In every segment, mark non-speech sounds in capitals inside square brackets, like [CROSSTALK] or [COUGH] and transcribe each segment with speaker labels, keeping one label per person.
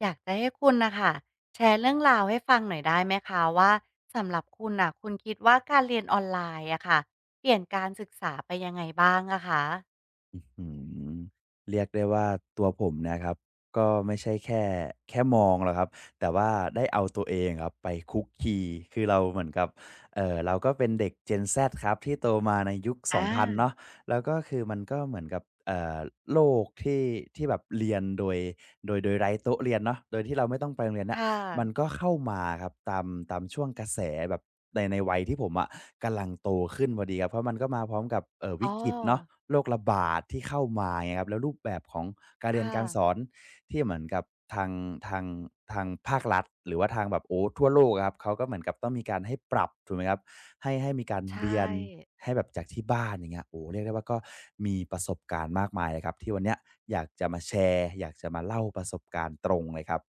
Speaker 1: อยากจะให้คุณนะคะแชร์เรื่องราวให้ฟังหน่อยได้ไหมคะว่าสำหรับคุณน่ะคุณคิดว่าการเรียนออนไลน์อะค่ะเปลี่ยนการศึกษาไปยังไงบ้างอะคะ
Speaker 2: อื้เรียกได้ว่าตัวผมนะครับก็ไม่ใช่แค่มองหรอกครับแต่ว่าได้เอาตัวเองครับไปคุกคีคือเราเหมือนกับเราก็เป็นเด็ก Gen Z ครับที่โตมาในยุค
Speaker 1: อ
Speaker 2: 2พัน
Speaker 1: า
Speaker 2: เนาะแล้วก็คือมันก็เหมือนกับโลกที่แบบเรียนโดยไร้โต๊ะเรียนเนาะโดยที่เราไม่ต้องไปโรงเรียนนะ
Speaker 1: ค่
Speaker 2: มัน
Speaker 1: ะ
Speaker 2: ก็เข้ามาครับตามช่วงกระแสแบบในวัยที่ผมอะกำลังโตขึ้นพอดีครับเพราะมันก็มาพร้อมกับ
Speaker 1: อ๋
Speaker 2: วิ
Speaker 1: อ
Speaker 2: กฤตเนาะโรคระบาดที่เข้ามาไงครับแล้วรูปแบบของการเรียน
Speaker 1: ค่ะ
Speaker 2: การสอนที่เหมือนกับทางทางทางภาครัฐหรือว่าทางแบบโอ้ทั่วโลกอะครับเขาก็เหมือนกับต้องมีการให้ปรับถูกไหมครับให้มีการเรีย
Speaker 1: ใช่
Speaker 2: นให้แบบจากที่บ้านอย่างเงี้ยโอ้เรียกได้ว่าก็มีประสบการณ์มากมายเลยครับที่วันเนี้ยอยากจะมาแชร์อยากจะมาเล่าประสบการณ์ตรงเลยครับ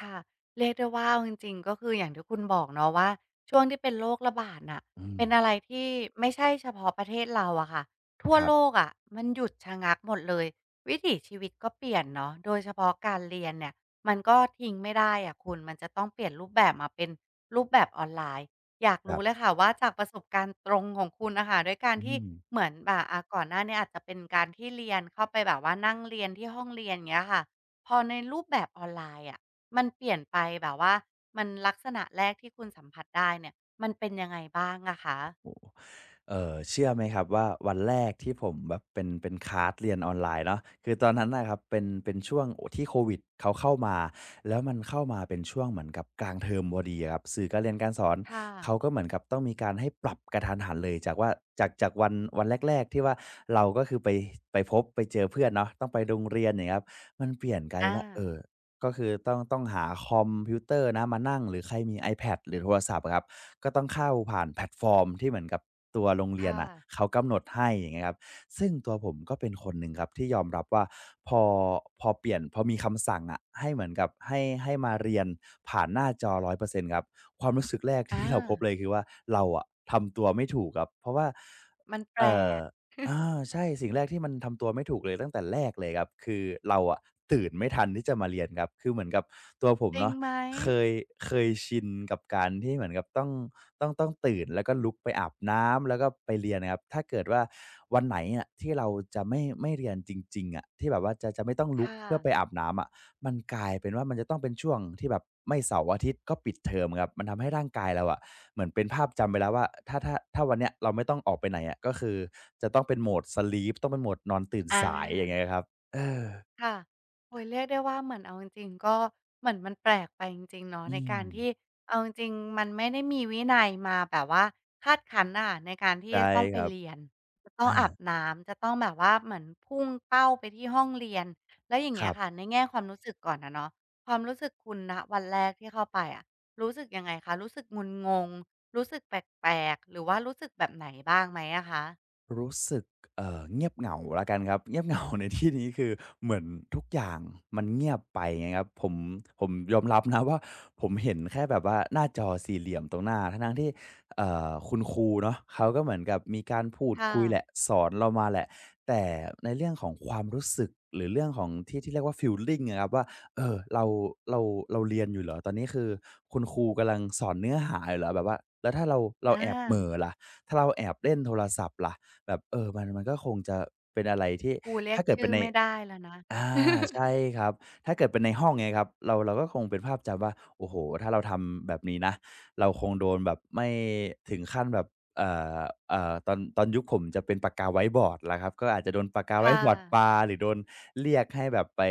Speaker 1: ค่ะเรียกได้ว่าเอาจริงๆก็คืออย่างที่คุณบอกเนาะว่าช่วงที่เป็นโรคระบาดน่ะ
Speaker 2: อืม
Speaker 1: เป็นอะไรที่ไม่ใช่เฉพาะประเทศเราอะค่ะทั่ว
Speaker 2: ครั
Speaker 1: โล
Speaker 2: บ
Speaker 1: กอะมันหยุดชะงักหมดเลยวิถีชีวิตก็เปลี่ยนเนาะโดยเฉพาะการเรียนเนี่ยมันก็ทิ้งไม่ได้อะคุณมันจะต้องเปลี่ยนรูปแบบมาเป็นรูปแบบออนไลน์อยาก
Speaker 2: ครั
Speaker 1: รู้เลย
Speaker 2: บ
Speaker 1: ค่ะว่าจากประสบการณ์ตรงของคุณน่ะค่ะด้วยการ
Speaker 2: อื
Speaker 1: ที่
Speaker 2: ม
Speaker 1: เหมือนแบบก่อนหน้าเนี้ยอาจจะเป็นการที่เรียนเข้าไปแบบว่านั่งเรียนที่ห้องเรียนเงี้ยค่ะพอในรูปแบบออนไลน์อะ มันเปลี่ยนไปแบบว่ามันลักษณะแรกที่คุณสัมผัสได้เนี่ยมันเป็นยังไงบ้างอะคะ
Speaker 2: เชื่อไหมครับว่าวันแรกที่ผมแบบเป็นคลาสเรียนออนไลน์เนาะคือตอนนั้นน่ะครับเป็นช่วงโอ้ที่โควิดเขาเข้ามาแล้วมันเข้ามาเป็นช่วงเหมือนกับกลางเทอมพอดีอะครับสื่อการเรียนการสอน
Speaker 1: ค
Speaker 2: เขา
Speaker 1: ่ะ
Speaker 2: ก็เหมือนกับต้องมีการให้ปรับกะทันหันเลยจากว่าจากวันแรกๆที่ว่าเราก็คือไปพบไปเจอเพื่อนเนาะต้องไปโรงเรียนอย่างเงี้ยครับมันเปลี่ยนกลายเป็นว่า
Speaker 1: อา
Speaker 2: ก็คือต้องหาคอมพิวเตอร์นะมานั่งหรือใครมี iPad หรือโทรศัพท์อะครับก็ต้องเข้าผ่านแพลตฟอร์มที่เหมือนกับตัวโรงเรียน
Speaker 1: ค่ะ
Speaker 2: น่ะเขากำหนดให้อย่างเงี้ยครับซึ่งตัวผมก็เป็นคนหนึ่งครับที่ยอมรับว่าพอพอเปลี่ยนพอมีคำสั่งอะให้เหมือนกับให้มาเรียนผ่านหน้าจอ100%ครับความรู้สึกแรก
Speaker 1: อ
Speaker 2: ที่เราพบ
Speaker 1: า
Speaker 2: เลยคือว่าเราอะทำตัวไม่ถูกครับเพราะว่า
Speaker 1: มันแปล
Speaker 2: เอ่อ
Speaker 1: ก
Speaker 2: อาใช่สิ่งแรกที่มันทำตัวไม่ถูกเลยตั้งแต่แรกเลยครับคือเราอะตื่นไม่ทันที่จะมาเรียนครับคือเหมือนกับตัวผม
Speaker 1: จริง
Speaker 2: เนาะ
Speaker 1: ไหม
Speaker 2: เคยเคยชินกับการที่เหมือนกับต้องต้องตื่นแล้วก็ลุกไปอาบน้ำแล้วก็ไปเรียนนะครับถ้าเกิดว่าวันไหนอะที่เราจะไม่เรียนจริงๆอะที่แบบว่าจะไม่ต้องลุก
Speaker 1: ค่ะ
Speaker 2: เพื่อไปอาบน้ำอะมันกลายเป็นว่ามันจะต้องเป็นช่วงที่แบบไม่เสาร์อาทิตย์ก็ปิดเทอมครับมันทำให้ร่างกายเราอะ เหมือนเป็นภาพจำไปแล้วว่าถ้าวันเนี้ยเราไม่ต้องออกไปไหนอะก็คือจะต้องเป็นโหมด Sleep ต้องเป็นโหมดนอนตื่น
Speaker 1: อา
Speaker 2: สายอย่างเงี้ยครับเออ
Speaker 1: ค่ะโอ้โเรียกได้ว่าเหมือนเอาจริงๆก็เหมือนมันแปลกไปจริงๆเนาะ
Speaker 2: อื
Speaker 1: ใน
Speaker 2: ม
Speaker 1: การที่เอาจริงๆมันไม่ได้มีวินัยมาแบบว่าคาดคั้นน่ะในการที่
Speaker 2: ใช่
Speaker 1: จะต้อง
Speaker 2: ค
Speaker 1: ไป
Speaker 2: รับ
Speaker 1: เรียนจะต้องอาบ
Speaker 2: อา
Speaker 1: น้ำจะต้องแบบว่าเหมือนพุ่งเป้าไปที่ห้องเรียนแล้วอย่าง
Speaker 2: ค
Speaker 1: เงี้ย
Speaker 2: รั
Speaker 1: ค่ะ
Speaker 2: บ
Speaker 1: ในแง่ความรู้สึกก่อนอะเนาะความรู้สึกคุณณวันแรกที่เข้าไปอะรู้สึกยังไงคะรู้สึกงุนงงรู้สึกแปลกๆหรือว่ารู้สึกแบบไหนบ้างไหมอะคะ
Speaker 2: รู้สึกเงียบเหงาแล้วกันครับเงียบเหงา [LAUGHS] ในที่นี้คือเหมือนทุกอย่างมันเงียบไปไงครับผมผมยอมรับนะว่าผมเห็นแค่แบบว่าหน้าจอสี่เหลี่ยมตรงหน้าทั้งๆที่คุณครูเนาะเขาก็เหมือนกับมีการพูด
Speaker 1: ค
Speaker 2: คุยแหละ
Speaker 1: ่ะ
Speaker 2: สอนเรามาแหละแต่ในเรื่องของความรู้สึกหรือเรื่องของที่เรียกว่าฟีลลิงอะครับว่าเออเราเราเรียนอยู่เหรอตอนนี้คือคุณครูกำลังสอนเนื้อหาอยู่เหรอแบบว่าแล้วถ้าเรา
Speaker 1: อ
Speaker 2: แอบเหม่อ
Speaker 1: า
Speaker 2: ล่ะถ้าเราแอบเล่นโทรศัพท์ล่ะ แบบเออมันก็คงจะเป็นอะไรที่
Speaker 1: ครูเรียก
Speaker 2: ถ้าเกิด
Speaker 1: ชื่
Speaker 2: เป็น
Speaker 1: อ
Speaker 2: ใน
Speaker 1: ไม่ได้แล้วนะ
Speaker 2: อาใช่ครับถ้าเกิดเป็นในห้องเงี้ยครับเราก็คงเป็นภาพจำว่าโอ้โฮถ้าเราทำแบบนี้นะเราคงโดนแบบไม่ถึงขั้นแบบเอ่อเอ่อตอนยุคผมจะเป็นปากกาไวต์บอร์ดแล้ครับก็อาจจะโดนปากกาไว
Speaker 1: ค่ะ
Speaker 2: ต์บอร์ดปาหรือโดนเรียกให้แบบไป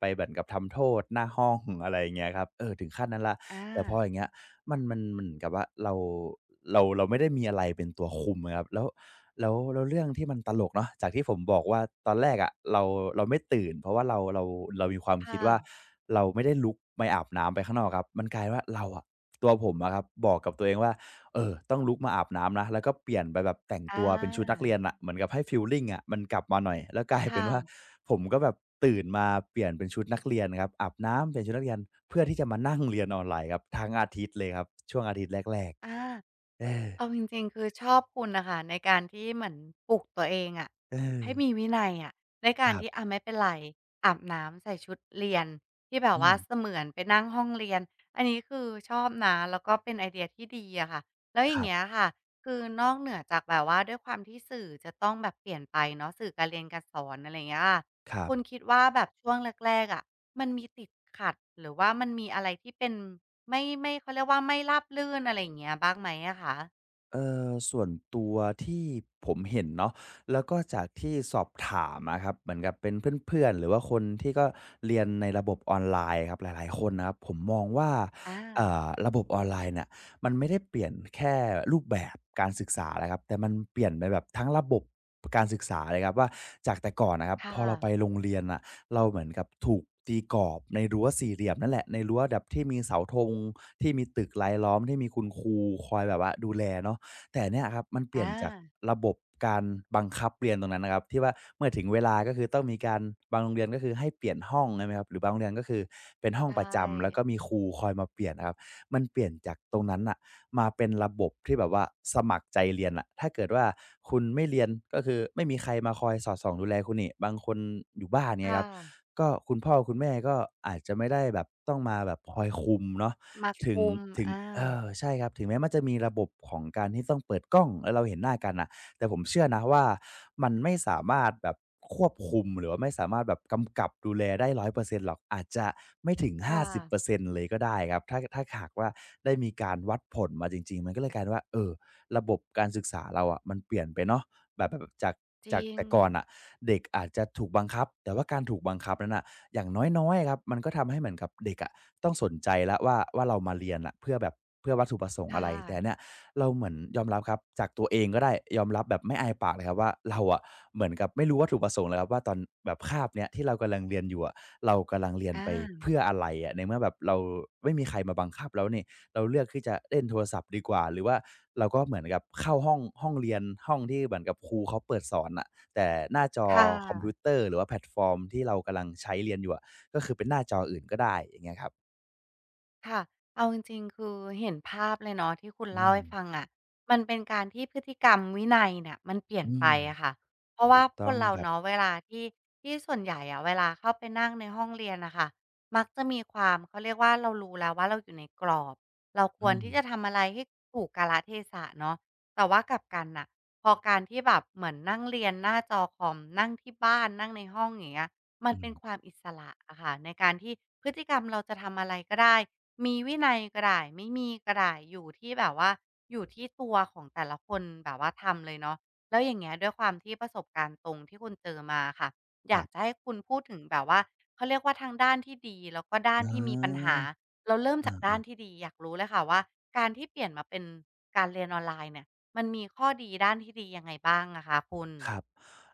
Speaker 2: ไปเหมือนกับทำโทษหน้าห้องอะไรอย่างเงี้ยครับเออถึงขั้นนั้นแล้วแต่พอ
Speaker 1: อา
Speaker 2: อย่างเงี้ยมันเหมือนกับว่าเราไม่ได้มีอะไรเป็นตัวคุมอะครับแล้ว แล้วเรื่องที่มันตลกเนาะจากที่ผมบอกว่าตอนแรกอะเราไม่ตื่นเพราะว่าเรามีความคิด
Speaker 1: ค่ะ
Speaker 2: ว่าเราไม่ได้ลุกไปอาบน้ำไปข้างนอกครับมันกลายว่าเราอะตัวผมอะครับบอกกับตัวเองว่าเออต้องลุกมาอาบน้ำนะแล้วก็เปลี่ยนไปแบบแต่ง
Speaker 1: อ
Speaker 2: ตัวเป็นชุดนัก
Speaker 1: า
Speaker 2: เรียนอะเหมือนกับให้ฟีลลิงอะมันกลับมาหน่อยแล้วกลายเป็นว่า
Speaker 1: ค่ะ
Speaker 2: ผมก็แบบตื่นมาเปลี่ยนเป็นชุดนักเรียนครับอาบน้ำเปลี่ยนชุดนักเรียนเพื่อที่จะมานั่งเรียนออนไลน์ครับทั้งอาทิตย์เลยครับช่วงอาทิตย์แรก
Speaker 1: อาอาอา
Speaker 2: ๆเออ
Speaker 1: เอาจริงๆคือชอบคุณนะคะในการที่เหมือนปลุกตัวเองอะ
Speaker 2: เออ
Speaker 1: ให้มีวินัยอะใน
Speaker 2: ค
Speaker 1: การ
Speaker 2: รั
Speaker 1: ที่
Speaker 2: บ
Speaker 1: อะไม่เป็นไรอาบน้ำใส่ชุดเรียนที่แบบ
Speaker 2: อืม
Speaker 1: ว่าเสมือนไปนั่งห้องเรียนอันนี้คือชอบนะแล้วก็เป็นไอเดียที่ดีอะค่ะแล้วอ
Speaker 2: ค
Speaker 1: ย่าง
Speaker 2: รั
Speaker 1: เงี้ย
Speaker 2: บ
Speaker 1: ค่ะคือนอกเหนือจากแบบว่าด้วยความที่สื่อจะต้องแบบเปลี่ยนไปเนาะสื่อการเรียนการสอนอะไรอย่างเงี้ยค่ะ
Speaker 2: ครั
Speaker 1: คุณ
Speaker 2: บ
Speaker 1: คิดว่าแบบช่วงแรกๆอะมันมีติดขัดหรือว่ามันมีอะไรที่เป็นไม่เขาเรียกว่าไม่ราบรื่นอะไรอย่างเงี้ยบ้างไหมอะคะ
Speaker 2: ส่วนตัวที่ผมเห็นเนาะแล้วก็จากที่สอบถามอะครับเหมือนกับเป็นเพื่อนๆหรือว่าคนที่ก็เรียนในระบบออนไลน์ครับหลายๆคนนะครับผมมองว่า
Speaker 1: อา
Speaker 2: ระบบออนไลน์เนี่ยมันไม่ได้เปลี่ยนแค่รูปแบบการศึกษานะครับแต่มันเปลี่ยนไปแบบทั้งระบบการศึกษาเลยครับว่าจากแต่ก่อนนะครับพอ
Speaker 1: ค่ะ
Speaker 2: เราไปโรงเรียนน่ะเราเหมือนกับถูกตีกรอบในรั้วสี่เหลี่ยมนั่นแหละในรั้วแบบที่มีเสาธงที่มีตึกรายล้อมที่มีคุณครูคอยแบบว่าดูแลเนาะ แต่เนี่ยครับมันเป
Speaker 1: อ
Speaker 2: ลี่ยนจาก
Speaker 1: า
Speaker 2: ระบบการบังคับเรียนตรงนั้นนะครับที่ว่าเมื่อถึงเวลาก็คือต้องมีการบางโรงเรียนก็คือให้เปลี่ยนห้องใช่ไหมครับหรือบางโรงเรียนก็คือเป็นห้องป
Speaker 1: ใช่
Speaker 2: ระจำแล้วก็มีครูคอยมาเปลี่ยนนะครับมันเปลี่ยนจากตรงนั้นน่ะมาเป็นระบบที่แบบว่าสมัครใจเรียนนะถ้าเกิดว่าคุณไม่เรียนก็คือไม่มีใครมาคอยสอดส่องดูแลคุณนี่บางคนอยู่บ้านเนี่ย
Speaker 1: ค่ะ
Speaker 2: ครับก็คุณพ่อคุณแม่ก็อาจจะไม่ได้แบบต้องมาแบบคอยคุมเนาะ
Speaker 1: มา
Speaker 2: ถึง
Speaker 1: คุม
Speaker 2: ถึง
Speaker 1: อา
Speaker 2: เออใช่ครับถึงแม้มันจะมีระบบของการที่ต้องเปิดกล้องแล้วเราเห็นหน้ากันน่ะแต่ผมเชื่อนะว่ามันไม่สามารถแบบควบคุมหรือว่าไม่สามารถแบบกำกับดูแลได้100%หรอกอาจจะไม่ถึง
Speaker 1: ค่ะ
Speaker 2: 50%เปอร์เซ็นต์เลยก็ได้ครับถ้าหากว่าได้มีการวัดผลมาจริงๆมันก็เลยกลายเป็นว่าเออระบบการศึกษาเราอะมันเปลี่ยนไปเนาะแบบจาก
Speaker 1: จริง
Speaker 2: แต่ก่อนน่ะเด็กอาจจะถูกบังคับแต่ว่าการถูกบังคับนั้นน่ะอย่างน้อยๆอะครับมันก็ทำให้เหมือนกับเด็กอะ ต้องสนใจแล้วว่าเรามาเรียนอะเพื่อแบบเพื่อวัตถุประสงค์
Speaker 1: ค่
Speaker 2: อะไรแต่
Speaker 1: ะ
Speaker 2: เนี่ยเราเหมือนยอมรับครับจากตัวเองก็ได้ยอมรับแบบไม่อายปากเลยครับว่าเราอะเหมือนกับไม่รู้วัตถุประสงค์เลยครับว่าตอนแบบคาบเนี้ยที่เรากำลังเรียนอยู่อะเรากำลังเรียนไป
Speaker 1: อา
Speaker 2: เพื่ออะไรอะในเมื่อแบบเราไม่มีใครมาบังคับแล้วนี่เราเลือกที่จะเล่นโทรศัพท์ดีกว่าหรือว่าเราก็เหมือนกับเข้าห้องเรียนห้องที่เหมือนกับครูเขาเปิดสอนอ่ะแต่หน้าจอ
Speaker 1: ค่
Speaker 2: คอมพิว
Speaker 1: ะ
Speaker 2: เตอร์หรือว่าแพลตฟอร์มที่เรากำลังใช้เรียนอยู่อะก็คือเป็นหน้าจออื่นก็ได้อย่างเงี้ยครับ
Speaker 1: ค่ะเอาจริงๆคือเห็นภาพเลยเนาะที่คุณ
Speaker 2: อื
Speaker 1: เล่า
Speaker 2: ม
Speaker 1: ให้ฟังอะมันเป็นการที่พฤติกรรมวินัยเนี่ยมันเปลี่ยน
Speaker 2: อื
Speaker 1: ไป
Speaker 2: ม
Speaker 1: อะค่ะเพราะ
Speaker 2: ถู
Speaker 1: ว่า
Speaker 2: ก
Speaker 1: ค
Speaker 2: ต้อ
Speaker 1: น
Speaker 2: ง
Speaker 1: เรา
Speaker 2: ครับ
Speaker 1: เนาะเวลาที่ที่ส่วนใหญ่อะเวลาเข้าไปนั่งในห้องเรียนน่ะค่ะมักจะมีความเขาเรียกว่าเรารู้แล้วว่าเราอยู่ในกรอบ เราค
Speaker 2: อื
Speaker 1: วร
Speaker 2: ม
Speaker 1: ที่จะทำอะไรให้ถูกกาลเทศะเนาะแต่ว่ากลับกันน่ะพอการที่แบบเหมือนนั่งเรียนหน้าจอคอมนั่งที่บ้านนั่งในห้องอย่างเงี้ยมัน
Speaker 2: อื
Speaker 1: เป็
Speaker 2: ม
Speaker 1: นความอิสระอะค่ะในการที่พฤติกรรมเราจะทำอะไรก็ได้ มีวินัยก็ได้ไม่มีก็ได้อยู่ที่แบบว่าอยู่ที่ตัวของแต่ละคนแบบว่าทำเลยเนาะแล้วอย่างเงี้ยด้วยความที่ประสบการณ์ตรงที่คุณเจอมาค่ะอ
Speaker 2: ครั
Speaker 1: ยากจะ
Speaker 2: บ
Speaker 1: ให้คุณพูดถึงแบบว่าเขาเรียกว่าทั้งด้านที่ดีแล้วก็ด้า
Speaker 2: อ
Speaker 1: นที่มีปัญหา
Speaker 2: า
Speaker 1: เราเริ่มจากด้า
Speaker 2: อา
Speaker 1: นที่
Speaker 2: ๆ
Speaker 1: ดีอยากรู้เลยค่ะว่าการที่เปลี่ยนมาเป็นการเรียนออนไลน์เนี่ยมันมีข้อดีด้านที่ดียังไงบ้างอะคะคุณ
Speaker 2: ครับ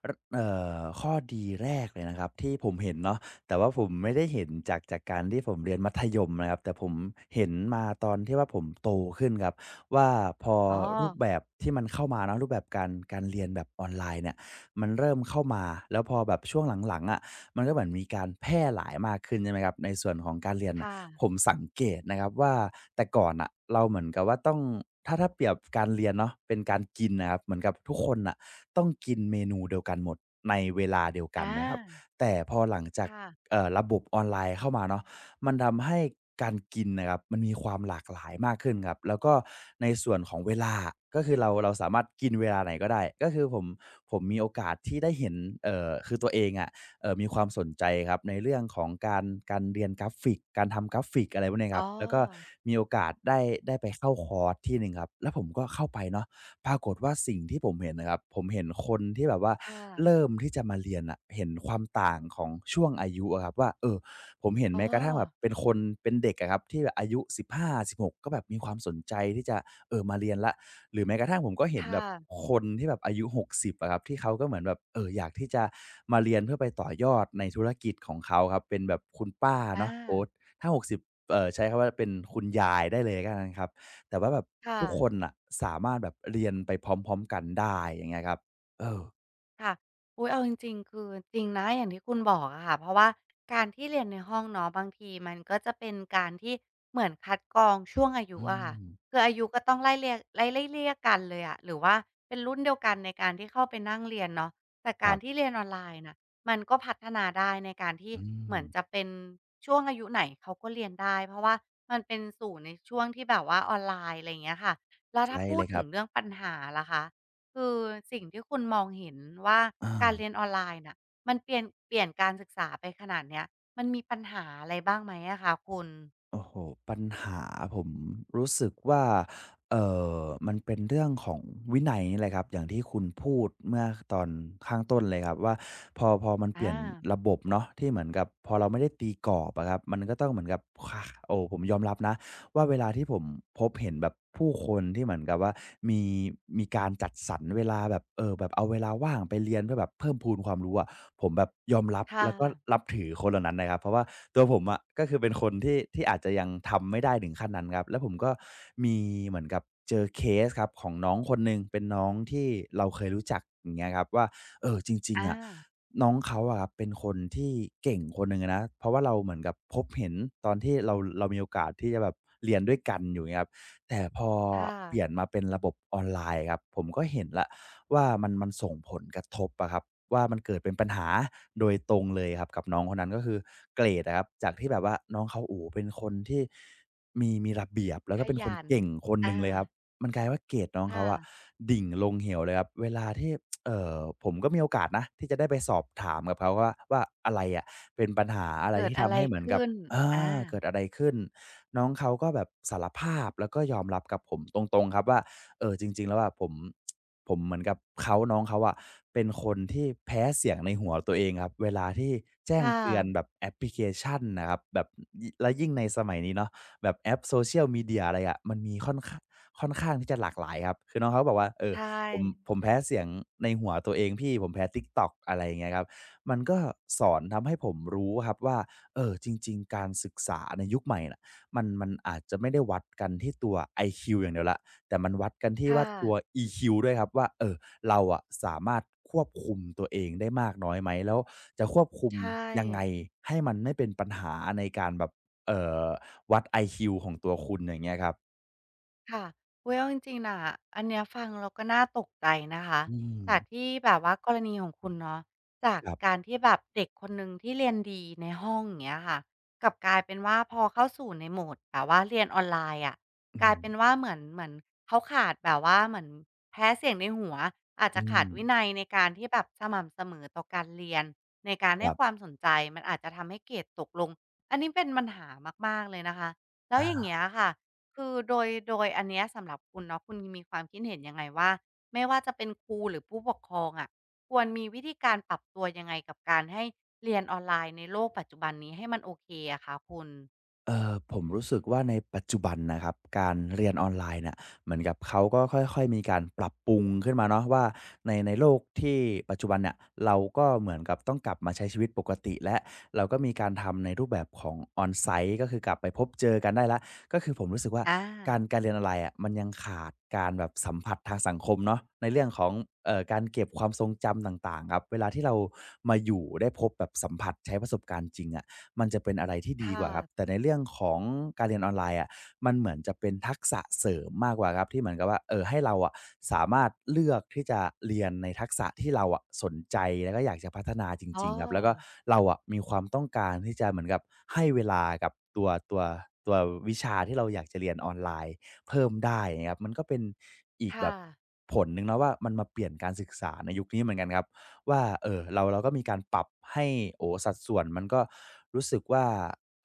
Speaker 2: รเอ่อข้อดีแรกเลยนะครับที่ผมเห็นเนาะแต่ว่าผมไม่ได้เห็นจากการที่ผมเรียนมัธยมนะครับแต่ผมเห็นมาตอนที่ว่าผมโตขึ้นครับว่าพอ
Speaker 1: อ๋อ
Speaker 2: รูปแบบที่มันเข้ามาเนาะรูปแบบการเรียนแบบออนไลน์เนี่ยมันเริ่มเข้ามาแล้วพอแบบช่วงหลังๆอะมันก็เหมือนมีการแพร่หลายมากขึ้นใช่ไหมครับในส่วนของการเรียนน่ะผ
Speaker 1: ค่ะ
Speaker 2: มสังเกตนะครับว่าแต่ก่อนน่ะเราเหมือนกับว่าต้องถ้าเปรียบการเรียนเนาะเป็นการกินน่ะครับเหมือนกับทุกคนน่ะ ต้องกินเมนูเดียวกันหมดในเวลาเดียวกั
Speaker 1: อ
Speaker 2: นนะครับ
Speaker 1: า
Speaker 2: แต่พอหลังจาก
Speaker 1: ค่ะ
Speaker 2: ระบบออนไลน์เข้ามาเนาะมันทำให้การกินนะครับมันมีความหลากหลายมากขึ้นครับแล้วก็ในส่วนของเวลาก็คือเราเราสามารถกินเวลาไหนก็ได้ก็คือผมมีโอกาสที่ได้เห็นคือตัวเองอะมีความสนใจครับในเรื่องของการเรียนกราฟิกการทำกราฟิกอะไรพวกเนี้ยค
Speaker 1: อ๋อ
Speaker 2: รับแล้วก็มีโอกาสได้ไปเข้าคอร์สที่หนึ่งครับแล้วผมก็เข้าไปเนาะ ปรากฏว่าสิ่งที่ผมเห็นนะครับผมเห็นคนที่แบบว่า
Speaker 1: ค่ะ
Speaker 2: เริ่มที่จะมาเรียนอะเห็นความต่างของช่วงอายุอะครับว่าเออผมเห็น
Speaker 1: อ๋อ
Speaker 2: แม้กระทั่งแบบเป็นคนเป็นเด็กอะครับที่แบบอายุ1 5บหาสิบหกก็แบบมีความสนใจที่จะเออมาเรียนละหรือแม้กระทั่งผมก็เห็น
Speaker 1: ค่ะ
Speaker 2: แบบคนที่แบบอายุหกสิบอะครับที่เขาก็เหมือนแบบเอออยากที่จะมาเรียนเพื่อไปต่อยอดในธุรกิจของเขาครับเป็นแบบคุณป้าเนาะโอ๊
Speaker 1: อา
Speaker 2: ตถ้า60เออใช้คำว่าเป็นคุณยายได้เลยก็แล้วกันครับ แต่ว่าแบบ
Speaker 1: ค่ะ
Speaker 2: ทุกคนน่ะสามารถแบบเรียนไปพร้อมๆกันได้อย่างเงี้ยครับเออ
Speaker 1: ค่ะอุ๊ยเอาจริงๆคือจริงนะอย่างที่คุณบอกอะค่ะเพราะว่าการที่เรียนในห้องเนาะบางทีมันก็จะเป็นการที่เหมือนคัดกรองช่วงอายุ
Speaker 2: อื
Speaker 1: อะค่ะ
Speaker 2: ม
Speaker 1: คืออายุก็ต้องไล่เรียงไล่เลี่ยกันเลยอะหรือว่าเป็นรุ่นเดียวกันในการที่เข้าไปนั่งเรียนเนาะแต่
Speaker 2: ค
Speaker 1: กา
Speaker 2: รั
Speaker 1: รที่
Speaker 2: บ
Speaker 1: เรียนออนไลน์น่ะมันก็พัฒนาได้ในการที่
Speaker 2: อื
Speaker 1: เหมือ
Speaker 2: ม
Speaker 1: นจะเป็นช่วงอายุไหนเขาก็เรียนได้เพราะว่ามันเป็นสู่ในช่วงที่แบบว่าออนไลน์อะไรอย่างเงี้ยค่ะแล้วถ้า
Speaker 2: ใช่
Speaker 1: พู
Speaker 2: เล
Speaker 1: ด
Speaker 2: ยค
Speaker 1: ถึ
Speaker 2: รับ
Speaker 1: งเรื่องปัญหาล่ะคะ คือสิ่งที่คุณมองเห็นว่า
Speaker 2: อา
Speaker 1: การเรียนออนไลน์น่ะมันเปลี่ยนการศึกษาไปขนาดเนี้ยมันมีปัญหาอะไรบ้างไหมอะคะคุณ
Speaker 2: โอ้โฮปัญหาผมรู้สึกว่าเอ่อมันเป็นเรื่องของวินัยนี่แหละครับอย่างที่คุณพูดเมื่อตอนข้างต้นเลยครับว่าพอมันเปลี่ยน
Speaker 1: อา
Speaker 2: ระบบเนาะที่เหมือนกับพอเราไม่ได้ตีกรอบอะครับมันก็ต้องเหมือนกับโอ้ผมยอมรับนะ ว่าเวลาที่ผมพบเห็นแบบผู้คนที่เหมือนกับว่ามีมีการจัดสรรเวลาแบบแบบเอาเวลาว่างไปเรียนเพื่อแบบเพิ่มพูนความรู้อะผมแบบยอมรับ
Speaker 1: ค่ะ
Speaker 2: แล้วก็นับถือคนเหล่านั้นนะครับเพราะว่าตัวผมอะก็คือเป็นคนที่อาจจะยังทำไม่ได้ถึงขั้นนั้นครับแล้วผมก็มีเหมือนกับเจอเคสครับของน้องคนหนึ่งเป็นน้องที่เราเคยรู้จักอย่างเงี้ยครับว่า เออจริงๆอะ
Speaker 1: อา
Speaker 2: น้องเขาอะครับเป็นคนที่เก่งคนหนึ่งอะนะเพราะว่าเราเหมือนกับพบเห็นตอนที่เรามีโอกาสที่จะแบบเรียนด้วยกันอยู่งเงี้ยครับแต่พอ
Speaker 1: ค่ะ
Speaker 2: เปลี่ยนมาเป็นระบบออนไลน์ครับผมก็เห็นแล้วว่ามันส่งผลกระทบอะครับว่ามันเกิดเป็นปัญหาโดยตรงเลยครับกับน้องคนนั้นก็คือเกรดอะครับจากที่แบบว่าน้องเขาโอ้โฮเป็นคนที่มีระเบียบแล้ว
Speaker 1: ข
Speaker 2: ก็เป็นคน
Speaker 1: ยัน
Speaker 2: เก่งคนหนึ่
Speaker 1: อา
Speaker 2: งเลยครับ มันกลายว่าเกรดน้องเขา
Speaker 1: ค่ะ
Speaker 2: อะดิ่งลงเหวเลยครับเวลาที่เอ่อผมก็มีโอกาสนะที่จะได้ไปสอบถามกับเขาว่าอะไรอะเป็นปัญหาอะไร
Speaker 1: เกิด
Speaker 2: ที่
Speaker 1: อะ
Speaker 2: ทำ
Speaker 1: ไร
Speaker 2: ให้เหมือนกับ
Speaker 1: ขึ้นอา
Speaker 2: อาเกิดอะไรขึ้นน้องเขาก็แบบสารภาพแล้วก็ยอมรับกับผมตรงๆครับว่าจริงๆแล้วอะผมเหมือนกับเขาน้องเขาอะเป็นคนที่แพ้เสียงในหัวตัวเองครับเวลาที่แจ้ง
Speaker 1: ค่
Speaker 2: เตือนแบ
Speaker 1: ะ
Speaker 2: บแอปพลิเคชันน่ะครับแบบยิแล้วยิ่งในสมัยนี้เนาะแบบแอป social media อะไรอะมันมีค่อนข้าง ค่อนข้างที่จะหลากหลายครับคือน้องเขาบอกว่าเออ
Speaker 1: ใช่
Speaker 2: ผมผมแพ้เสียงในหัวตัวเองพี่ผมแพ้ TikTok" อะไรอย่างเงี้ยครับมันก็สอนทำให้ผมรู้ครับว่าจริงๆการศึกษาในยุคใหม่น่ะมันอาจจะไม่ได้วัดกันที่ตัว IQ อย่างเดียวแล้วแต่มันวัดกันที่
Speaker 1: ค
Speaker 2: ว่าตัว
Speaker 1: ่ะ
Speaker 2: EQ ด้วยครับว่าเราอะสามารถควบคุมตัวเองได้มากน้อยไหมแล้วจะควบคุม
Speaker 1: ใช่
Speaker 2: ยังไงให้มันไม่เป็นปัญหาในการแบบเอ่อวัด IQ ของตัวคุณอย่างเงี้ยครับ
Speaker 1: ค่ะอุ๊ยเอาจริงๆน่ะอันเนี้ยฟังเราก็น่าตกใจนะคะ
Speaker 2: อืม
Speaker 1: จากที่แบบว่ากรณีของคุณเนาะจาก
Speaker 2: ครั
Speaker 1: กา
Speaker 2: บ
Speaker 1: รที่แบบเด็กคนหนึ่งที่เรียนดีในห้องอย่างเงี้ยค่ะกลับกลายเป็นว่าพอเข้าสู่ในโ o ม e แบบว่าเรียนออนไลน์อะ
Speaker 2: อื
Speaker 1: กลาย
Speaker 2: ม
Speaker 1: เป็นว่าเหมือนเขาขาดแบบว่าเหมือนแพ้เสียงในหัวอาจ
Speaker 2: อื
Speaker 1: จะขา
Speaker 2: ม
Speaker 1: ดวินัยในการที่แบบสม่ำเสมอต่อการเรียนในการ
Speaker 2: ค
Speaker 1: ให้
Speaker 2: รั
Speaker 1: ความ
Speaker 2: บ
Speaker 1: สนใจมันอาจจะทำให้เกรดตกลงอันนี้เป็นปัญหามากๆเลยนะคะแล้ว
Speaker 2: อา
Speaker 1: อย่างเงี้ยค่ะ คือโดยอันเนี้ยสำหรับคุณเนาะคุณมีความคิดเห็นยังไงว่าไม่ว่าจะเป็นครูหรือผู้ปกครองอะะควรมีวิธีการปรับตัวยังไงกับการให้เรียนออนไลน์ในโลกปัจจุบันนี้ให้มันโอเคอะคะคุณ
Speaker 2: ผมรู้สึกว่าในปัจจุบันนะครับการเรียนออนไลน์เนี่ยเหมือนกับเขาก็ค่อยๆมีการปรับปรุงขึ้นมาเนาะว่าในโลกที่ปัจจุบันเนี่ยเราก็เหมือนกับต้องกลับมาใช้ชีวิตปกติและเราก็มีการทำในรูปแบบของ on-site ก็คือกลับไปพบเจอกันได้และก็คือผมรู้สึกว่า
Speaker 1: อ่า
Speaker 2: การเรียนออนไลน์อะมันยังขาดการแบบสัมผัสทางสังคมเนาะในเรื่องของการเก็บความทรงจำต่างๆครับเวลาที่เรามาอยู่ได้พบแบบสัมผัสใช้ประสบการณ์จริงอะ มันจะเป็นอะไรที่ดีก
Speaker 1: ค่ะ
Speaker 2: ว่าครับแต่ในเรื่องของการเรียนออนไลน์อะมันเหมือนจะเป็นทักษะเสริมมากกว่าครับที่เหมือนกับว่าเออให้เราอะสามารถเลือกที่จะเรียนในทักษะที่เราอะสนใจแล้วก็อยากจะพัฒนาจ
Speaker 1: อ๋อ
Speaker 2: ริงๆครับแล้วก็เราอะมีความต้องการที่จะเหมือนกับให้เวลากับตัววิชาที่เราอยากจะเรียนออนไลน์เพิ่มได้นะครับมันก็เป็นอีกแบ
Speaker 1: ค่ะ
Speaker 2: บผลหนึ่งเนาะว่ามันมาเปลี่ยนการศึกษาในยุคนี้เหมือนกันครับ ว่าเออเราก็มีการปรับให้โอ้สัดส่วนมันก็รู้สึกว่า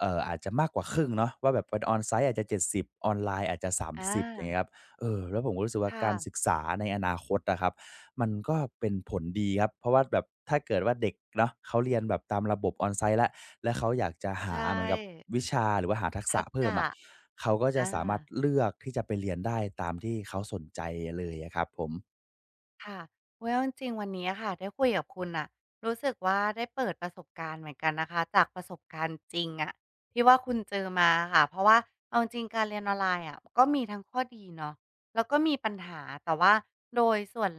Speaker 2: อาจจะมากกว่าครึ่งเนาะว่าแบบเป็น on-site อาจจะ70ออนไลน์อาจจะ
Speaker 1: อ
Speaker 2: 30อย่างเงี้ย
Speaker 1: า
Speaker 2: ครับเออแล้วผมก็รู้สึกว่า
Speaker 1: ค่ะ
Speaker 2: การศึกษาในอนาคตอะครับมันก็เป็นผลดีครับเพราะว่าแบบถ้าเกิดว่าเด็กเนาะเขาเรียนแบบตามระบบ on-site แล้วแล้วเขาอยากจะหา
Speaker 1: ใช่
Speaker 2: เหมือนกับวิชาหรือว่าหาทักษะ
Speaker 1: ทัก
Speaker 2: เพิ่ม
Speaker 1: ษะ
Speaker 2: อะเขาก็จะ
Speaker 1: อ่
Speaker 2: สามารถ
Speaker 1: า
Speaker 2: เลือกที่จะไปเรียนได้ตามที่เขาสนใจเลยอะครับผม
Speaker 1: ค่ะเวอ้ยเอาจริงๆวันนี้อะค่ะได้คุยกับคุณน่ะรู้สึกว่าได้เปิดประสบการณ์เหมือนกันนะคะจากประสบการณ์จริงอะที่ว่าคุณเจอมาค่ะเพราะว่าเอาจริงการเรียนออนไลน์อะก็มีทั้งข้อดีเนาะแล้วก็มีปัญหาแต่ว่าโดยส่วน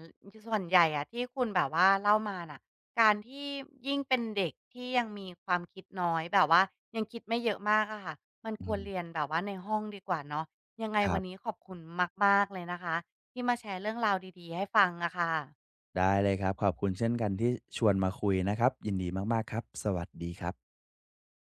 Speaker 1: ส่วนใหญ่อะที่คุณแบบว่าเล่ามาน่ะการที่ยิ่งเป็นเด็กที่ยังมีความคิดน้อยแบบว่ายังคิดไม่เยอะมากอะค่ะมัน
Speaker 2: อื
Speaker 1: ควรเรี
Speaker 2: ม
Speaker 1: ยนแบบว่าในห้องดีกว่าเนาะยังไง
Speaker 2: ครั
Speaker 1: วันนี้
Speaker 2: บ
Speaker 1: ขอบคุณมากๆเลยนะคะ ที่มาแชร์เรื่องราวดีๆให้ฟังอะค่ะ
Speaker 2: ได้เลยครับ ขอบคุณเช่นกันที่ชวนมาคุยนะครับ ยินดีมากๆครับ สวัสดีครับ